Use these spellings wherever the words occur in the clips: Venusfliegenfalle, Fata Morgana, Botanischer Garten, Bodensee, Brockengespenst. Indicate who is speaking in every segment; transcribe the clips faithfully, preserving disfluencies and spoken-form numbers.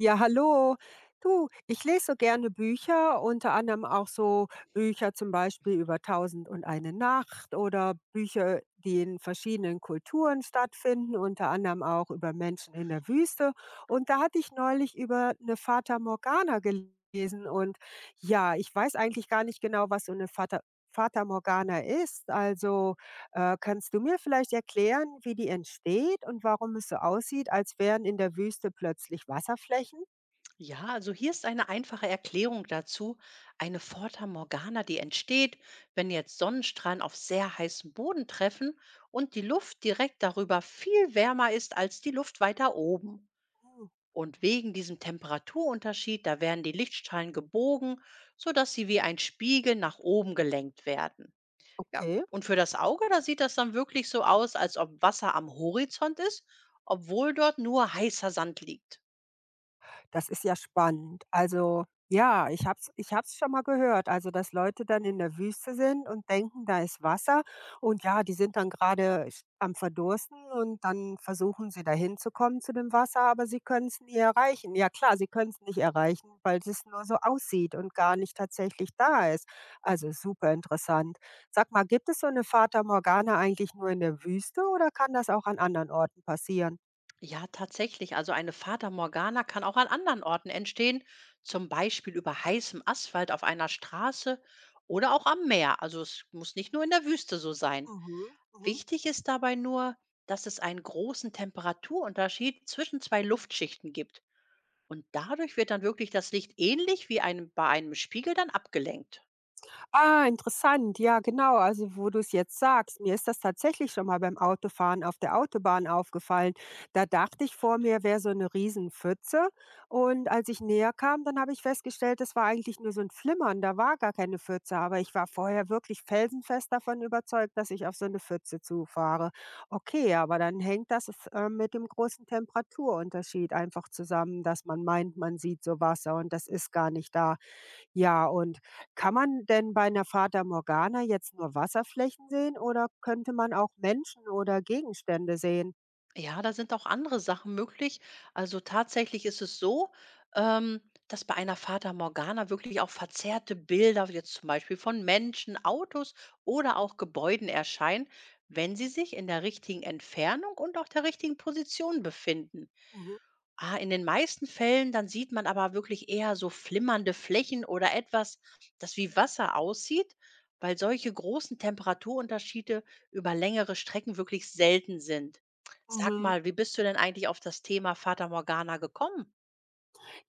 Speaker 1: Ja, hallo. Du, ich lese so gerne Bücher, unter anderem auch so Bücher zum Beispiel über Tausend und eine Nacht oder Bücher, die in verschiedenen Kulturen stattfinden, unter anderem auch über Menschen in der Wüste. Und da hatte ich neulich über eine Fata Morgana gelesen. Und ja, ich weiß eigentlich gar nicht genau, was so eine Fata, Fata Morgana ist. Also äh, kannst du mir vielleicht erklären, wie die entsteht und warum es so aussieht, als wären in der Wüste plötzlich Wasserflächen?
Speaker 2: Ja, also hier ist eine einfache Erklärung dazu. Eine Fata Morgana, die entsteht, wenn jetzt Sonnenstrahlen auf sehr heißen Boden treffen und die Luft direkt darüber viel wärmer ist als die Luft weiter oben.
Speaker 1: Hm,
Speaker 2: Und wegen diesem Temperaturunterschied, da werden die Lichtstrahlen gebogen, sodass sie wie ein Spiegel nach oben gelenkt werden. Ja,
Speaker 1: okay,
Speaker 2: und für das Auge, da sieht das dann wirklich so aus, als ob Wasser am Horizont ist, obwohl dort nur heißer Sand liegt.
Speaker 1: das ist ja spannend. Also, ja, ich habe es ich habe es schon mal gehört, also, dass Leute dann in der Wüste sind und denken, da ist Wasser und ja, die sind dann gerade sch am Verdursten und dann versuchen sie da hinzukommen zu dem Wasser, aber sie können es nie erreichen. Ja klar, sie können es nicht erreichen, weil es nur so aussieht und gar nicht tatsächlich da ist. Also, super interessant. Sag mal, gibt es so eine Fata Morgana eigentlich nur in der Wüste oder kann das auch an anderen Orten passieren?
Speaker 2: Ja, tatsächlich. Also eine Fata Morgana kann auch an anderen Orten entstehen, zum Beispiel über heißem Asphalt auf einer Straße oder auch am Meer. Also es muss nicht nur in der Wüste so sein.
Speaker 1: Mhm, mhm.
Speaker 2: Wichtig ist dabei nur, dass es einen großen Temperaturunterschied zwischen zwei Luftschichten gibt. Und dadurch wird dann wirklich das Licht ähnlich wie einem, bei einem Spiegel dann abgelenkt.
Speaker 1: Ah, interessant. Ja, genau. Also, wo du es jetzt sagst, mir ist das tatsächlich schon mal beim Autofahren auf der Autobahn aufgefallen. Da dachte ich, vor mir wäre so eine Riesenpfütze. Und als ich näher kam, dann habe ich festgestellt, das war eigentlich nur so ein Flimmern. Da war gar keine Pfütze. Aber ich war vorher wirklich felsenfest davon überzeugt, dass ich auf so eine Pfütze zufahre. Okay, aber dann hängt das äh, mit dem großen Temperaturunterschied einfach zusammen, dass man meint, man sieht so Wasser und das ist gar nicht da. Ja, und kann man denn bei einer Fata Morgana jetzt nur Wasserflächen sehen oder könnte man auch Menschen oder Gegenstände sehen?
Speaker 2: Ja, da sind auch andere Sachen möglich. Also tatsächlich ist es so, ähm, dass bei einer Fata Morgana wirklich auch verzerrte Bilder, jetzt zum Beispiel von Menschen, Autos oder auch Gebäuden erscheinen, wenn sie sich in der richtigen Entfernung und auch der richtigen Position befinden.
Speaker 1: Mhm,
Speaker 2: Ah, in den meisten Fällen, dann sieht man aber wirklich eher so flimmernde Flächen oder etwas, das wie Wasser aussieht, weil solche großen Temperaturunterschiede über längere Strecken wirklich selten sind. Sag
Speaker 1: mhm.
Speaker 2: mal, wie bist du denn eigentlich auf das Thema Fata Morgana gekommen?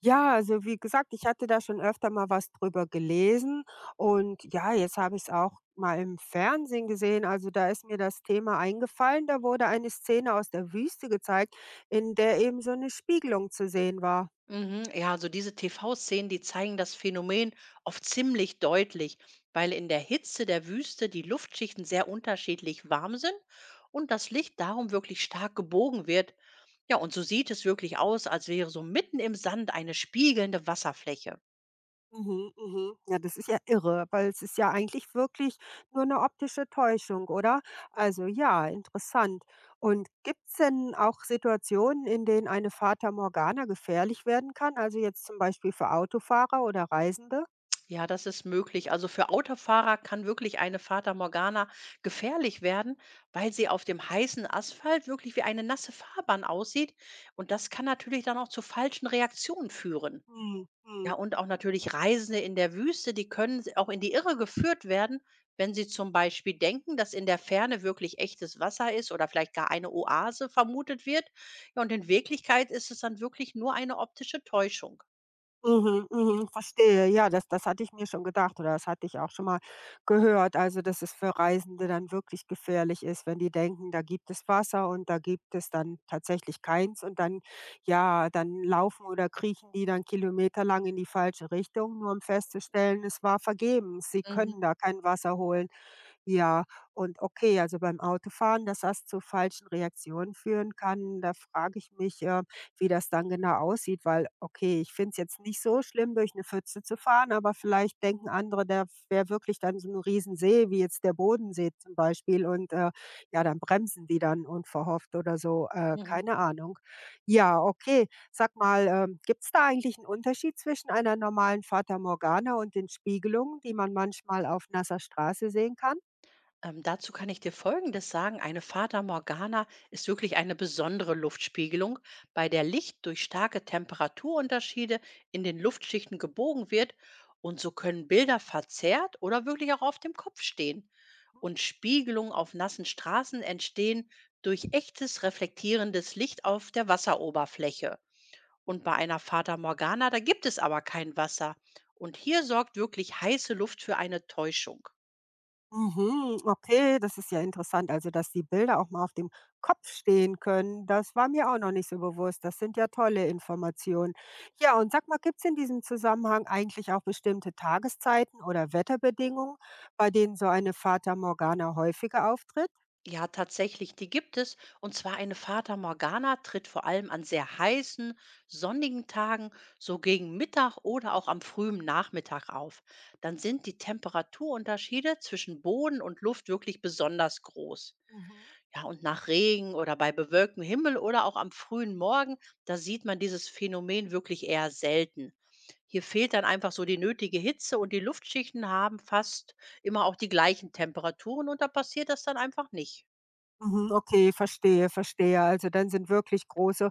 Speaker 1: Ja, also wie gesagt, ich hatte da schon öfter mal was drüber gelesen und ja, jetzt habe ich es auch mal im Fernsehen gesehen. Also, da ist mir das Thema eingefallen. Da wurde eine Szene aus der Wüste gezeigt, in der eben so eine Spiegelung zu sehen war.
Speaker 2: Mhm. Ja, so diese T V-Szenen, die zeigen das Phänomen oft ziemlich deutlich, weil in der Hitze der Wüste die Luftschichten sehr unterschiedlich warm sind und das Licht darum wirklich stark gebogen wird. Ja, und so sieht es wirklich aus, als wäre so mitten im Sand eine spiegelnde Wasserfläche.
Speaker 1: Mhm, mhm. Ja, das ist ja irre, weil es ist ja eigentlich wirklich nur eine optische Täuschung, oder? Also ja, interessant. Und gibt es denn auch Situationen, in denen eine Fata Morgana gefährlich werden kann? Also jetzt zum Beispiel für Autofahrer oder Reisende?
Speaker 2: Ja, das ist möglich. Also für Autofahrer kann wirklich eine Fata Morgana gefährlich werden, weil sie auf dem heißen Asphalt wirklich wie eine nasse Fahrbahn aussieht. Und das kann natürlich dann auch zu falschen Reaktionen führen.
Speaker 1: Mhm,
Speaker 2: Ja,
Speaker 1: mhm.
Speaker 2: und auch natürlich Reisende in der Wüste, die können s auch in die Irre geführt werden, wenn sie zum Beispiel denken, dass in der Ferne wirklich echtes Wasser ist oder vielleicht gar eine Oase vermutet wird. Ja, und in Wirklichkeit ist es dann wirklich nur eine optische Täuschung.
Speaker 1: Mhm, mhm, verstehe. Ja, das das hatte ich mir schon gedacht oder das hatte ich auch schon mal gehört. Also, dass es für Reisende dann wirklich gefährlich ist, wenn die denken, da gibt es Wasser und da gibt es dann tatsächlich keins und dann ja, dann laufen oder kriechen die dann kilometerlang in die falsche Richtung, nur um festzustellen, es war vergebens. Sie können
Speaker 2: Mhm,
Speaker 1: da kein Wasser holen. Ja, und okay, also beim Autofahren, dass das zu falschen Reaktionen führen kann, da frage ich mich, äh, wie das dann genau aussieht, weil okay, ich finde es jetzt nicht so schlimm, durch eine Pfütze zu fahren, aber vielleicht denken andere, da wäre wirklich dann so ein Riesensee wie jetzt der Bodensee zum Beispiel und, äh, ja, dann bremsen die dann unverhofft oder so, äh,
Speaker 2: mhm.
Speaker 1: keine Ahnung. Ja, okay. Sag mal, ähm, gibt's da eigentlich einen Unterschied zwischen einer normalen Fata Morgana und den Spiegelungen, die man manchmal auf nasser Straße sehen kann?
Speaker 2: Ähm, dazu kann ich dir Folgendes sagen. Eine Fata Morgana ist wirklich eine besondere Luftspiegelung, bei der Licht durch starke Temperaturunterschiede in den Luftschichten gebogen wird und so können Bilder verzerrt oder wirklich auch auf dem Kopf stehen. Und Spiegelungen auf nassen Straßen entstehen durch echtes reflektierendes Licht auf der Wasseroberfläche. Und bei einer Fata Morgana, da gibt es aber kein Wasser. Und hier sorgt wirklich heiße Luft für eine Täuschung.
Speaker 1: Mhm, okay, das ist ja interessant. Also, dass die Bilder auch mal auf dem Kopf stehen können, das war mir auch noch nicht so bewusst. Das sind ja tolle Informationen. Ja, und sag mal, gibt es in diesem Zusammenhang eigentlich auch bestimmte Tageszeiten oder Wetterbedingungen, bei denen so eine Fata Morgana häufiger auftritt?
Speaker 2: Ja, tatsächlich, die gibt es. Und zwar eine Fata Morgana tritt vor allem an sehr heißen, sonnigen Tagen, so gegen Mittag oder auch am frühen Nachmittag auf. Dann sind die Temperaturunterschiede zwischen Boden und Luft wirklich besonders groß.
Speaker 1: Mhm.
Speaker 2: Ja, und nach Regen oder bei bewölktem Himmel oder auch am frühen Morgen, da sieht man dieses Phänomen wirklich eher selten. Hier fehlt dann einfach so die nötige Hitze und die Luftschichten haben fast immer auch die gleichen Temperaturen und da passiert das dann einfach nicht.
Speaker 1: Mhm, okay, verstehe, verstehe. Also, dann sind wirklich große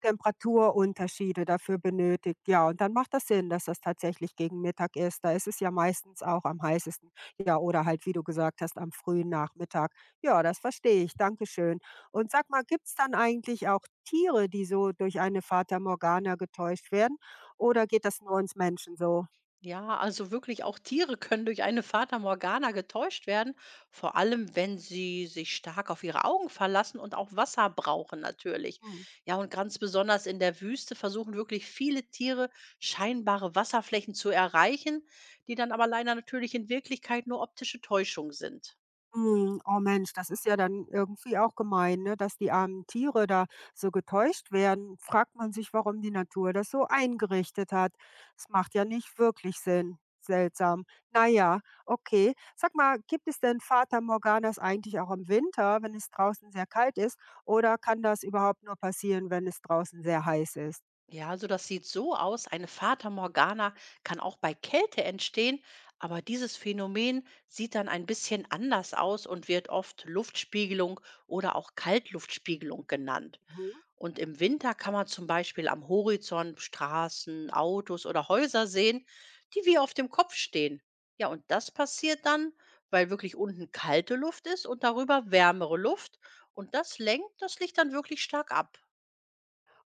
Speaker 1: Temperaturunterschiede dafür benötigt. Ja, und dann macht das Sinn, dass das tatsächlich gegen Mittag ist. Da ist es ja meistens auch am heißesten. Ja, oder halt, wie du gesagt hast, am frühen Nachmittag. Ja, das verstehe ich. Dankeschön. Und sag mal, gibt's dann eigentlich auch Tiere, die so durch eine Fata Morgana getäuscht werden? Oder geht das nur uns Menschen so?
Speaker 2: Ja, also wirklich auch Tiere können durch eine Fata Morgana getäuscht werden, vor allem wenn sie sich stark auf ihre Augen verlassen und auch Wasser brauchen natürlich.
Speaker 1: Hm.
Speaker 2: Ja, und ganz besonders in der Wüste versuchen wirklich viele Tiere scheinbare Wasserflächen zu erreichen, die dann aber leider natürlich in Wirklichkeit nur optische Täuschung sind.
Speaker 1: Mhm. Oh Mensch, das ist ja dann irgendwie auch gemein, ne, dass die armen Tiere da so getäuscht werden. Fragt man sich, warum die Natur das so eingerichtet hat. Es macht ja nicht wirklich Sinn. Seltsam. Naja, okay. Sag mal, gibt es denn Fata Morganas eigentlich auch im Winter, wenn es draußen sehr kalt ist? Oder kann das überhaupt nur passieren, wenn es draußen sehr heiß ist?
Speaker 2: Ja, also das sieht so aus. Eine Fata Morgana kann auch bei Kälte entstehen, aber dieses Phänomen sieht dann ein bisschen anders aus und wird oft Luftspiegelung oder auch Kaltluftspiegelung genannt.
Speaker 1: Mhm.
Speaker 2: Und im Winter kann man zum Beispiel am Horizont Straßen, Autos oder Häuser sehen, die wie auf dem Kopf stehen. Ja, und das passiert dann, weil wirklich unten kalte Luft ist und darüber wärmere Luft. Und das lenkt das Licht dann wirklich stark ab.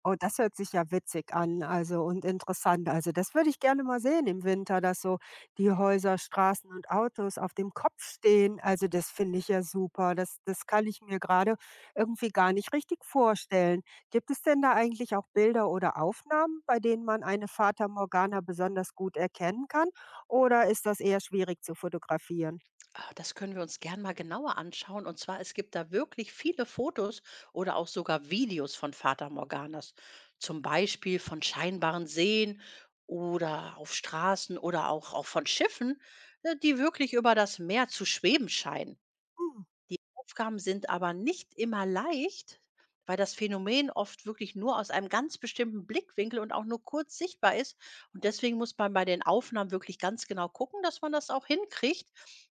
Speaker 1: Oh, das hört sich ja witzig an, also und interessant. Also, das würde ich gerne mal sehen im Winter, dass so die Häuser, Straßen und Autos auf dem Kopf stehen. Also, das finde ich ja super. Das das kann ich mir gerade irgendwie gar nicht richtig vorstellen. Gibt es denn da eigentlich auch Bilder oder Aufnahmen, bei denen man eine Fata Morgana besonders gut erkennen kann, oder ist das eher schwierig zu fotografieren?
Speaker 2: Ah, das können wir uns gern mal genauer anschauen. Und zwar, es gibt da wirklich viele Fotos oder auch sogar Videos von Fata Morganas. Zum Beispiel von scheinbaren Seen oder auf Straßen oder auch, auch von Schiffen, äh, die wirklich über das Meer zu schweben scheinen.
Speaker 1: Hm.
Speaker 2: Die Aufgaben sind aber nicht immer leicht, weil das Phänomen oft wirklich nur aus einem ganz bestimmten Blickwinkel und auch nur kurz sichtbar ist. Und deswegen muss man bei den Aufnahmen wirklich ganz genau gucken, dass man das auch hinkriegt.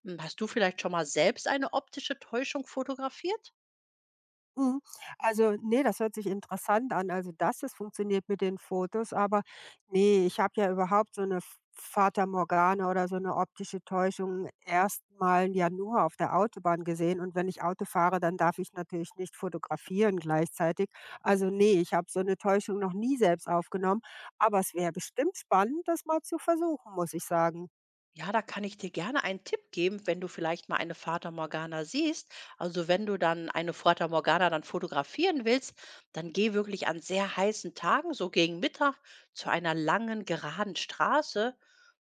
Speaker 2: Hm, Hast du vielleicht schon mal selbst eine optische Täuschung fotografiert?
Speaker 1: Mhm. Also, nee, das hört sich interessant an. Also, dass es funktioniert mit den Fotos, aber nee, ich habe ja überhaupt so eine F Fata Morgana oder so eine optische Täuschung erst ja nur auf der Autobahn gesehen und wenn ich Auto fahre, dann darf ich natürlich nicht fotografieren gleichzeitig. Also, nee, ich habe so eine Täuschung noch nie selbst aufgenommen, aber es wäre bestimmt spannend, das mal zu versuchen, muss ich sagen.
Speaker 2: Ja, da kann ich dir gerne einen Tipp geben, wenn du vielleicht mal eine Fata Morgana siehst. Also wenn du dann eine Fata Morgana dann fotografieren willst, dann geh wirklich an sehr heißen Tagen, so gegen Mittag, zu einer langen, geraden Straße.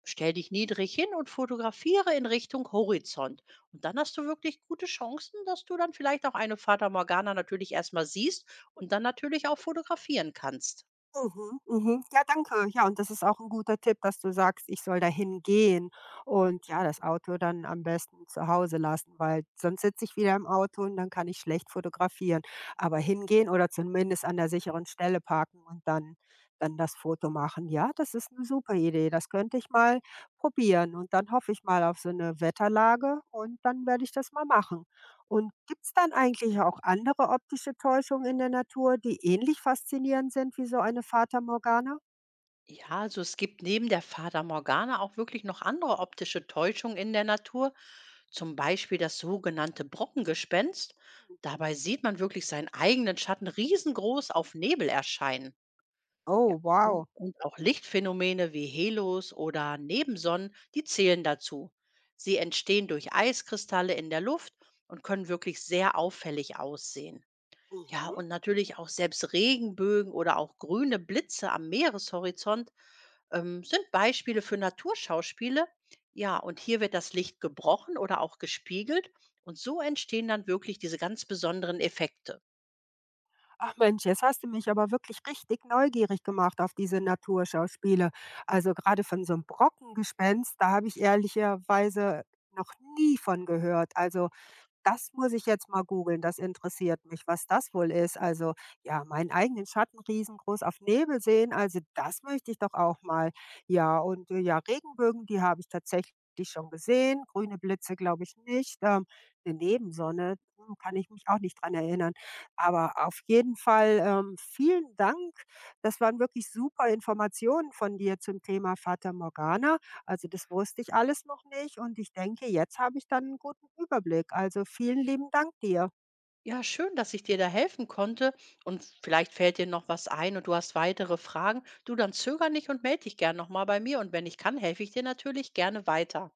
Speaker 2: Stell dich niedrig hin und fotografiere in Richtung Horizont. Und dann hast du wirklich gute Chancen, dass du dann vielleicht auch eine Fata Morgana natürlich erstmal siehst und dann natürlich auch fotografieren kannst.
Speaker 1: Mhm, mhm. Ja, danke. Ja, und das ist auch ein guter Tipp, dass du sagst, ich soll dahin gehen und ja, das Auto dann am besten zu Hause lassen, weil sonst sitze ich wieder im Auto und dann kann ich schlecht fotografieren. Aber hingehen oder zumindest an der sicheren Stelle parken und dann dann das Foto machen. Ja, das ist eine super Idee. Das könnte ich mal probieren und dann hoffe ich mal auf so eine Wetterlage und dann werde ich das mal machen. Und gibt's dann eigentlich auch andere optische Täuschungen in der Natur, die ähnlich faszinierend sind wie so eine Fata Morgana?
Speaker 2: Ja, also es gibt neben der Fata Morgana auch wirklich noch andere optische Täuschungen in der Natur, zum Beispiel das sogenannte Brockengespenst. Dabei sieht man wirklich seinen eigenen Schatten riesengroß auf Nebel erscheinen. Ja,
Speaker 1: Oh,
Speaker 2: U-
Speaker 1: wow.
Speaker 2: Und auch Lichtphänomene wie Helos oder Nebensonnen, die zählen dazu. Sie entstehen durch Eiskristalle in der Luft und können wirklich sehr auffällig aussehen. Ja,
Speaker 1: Mhm.
Speaker 2: und natürlich auch selbst Regenbögen oder auch grüne Blitze am Meereshorizont ähm, sind Beispiele für Naturschauspiele. Ja, und hier wird das Licht gebrochen oder auch gespiegelt und so entstehen dann wirklich diese ganz besonderen Effekte.
Speaker 1: Ach Mensch, jetzt hast du mich aber wirklich richtig neugierig gemacht auf diese Naturschauspiele. Also gerade von so einem Brockengespenst, da habe ich ehrlicherweise noch nie von gehört. Also das muss ich jetzt mal googeln, das interessiert mich, was das wohl ist. Also, ja, meinen eigenen Schatten riesengroß auf Nebel sehen, also das möchte ich doch auch mal. Ja, und, äh, ja, Regenbögen, die habe ich tatsächlich schon gesehen, grüne Blitze glaube ich nicht. Ähm, 'ne Nebensonne, hm, kann ich mich auch nicht dran erinnern. Aber auf jeden Fall, ähm, vielen Dank. Das waren wirklich super Informationen von dir zum Thema Fata Morgana. Also das wusste ich alles noch nicht und ich denke, jetzt habe ich dann einen guten Überblick. Also vielen lieben Dank dir.
Speaker 2: Ja, schön, dass ich dir da helfen konnte und vielleicht fällt dir noch was ein und du hast weitere Fragen. Du, dann zöger nicht und melde dich gern nochmal bei mir und wenn ich kann, helfe ich dir natürlich gerne weiter.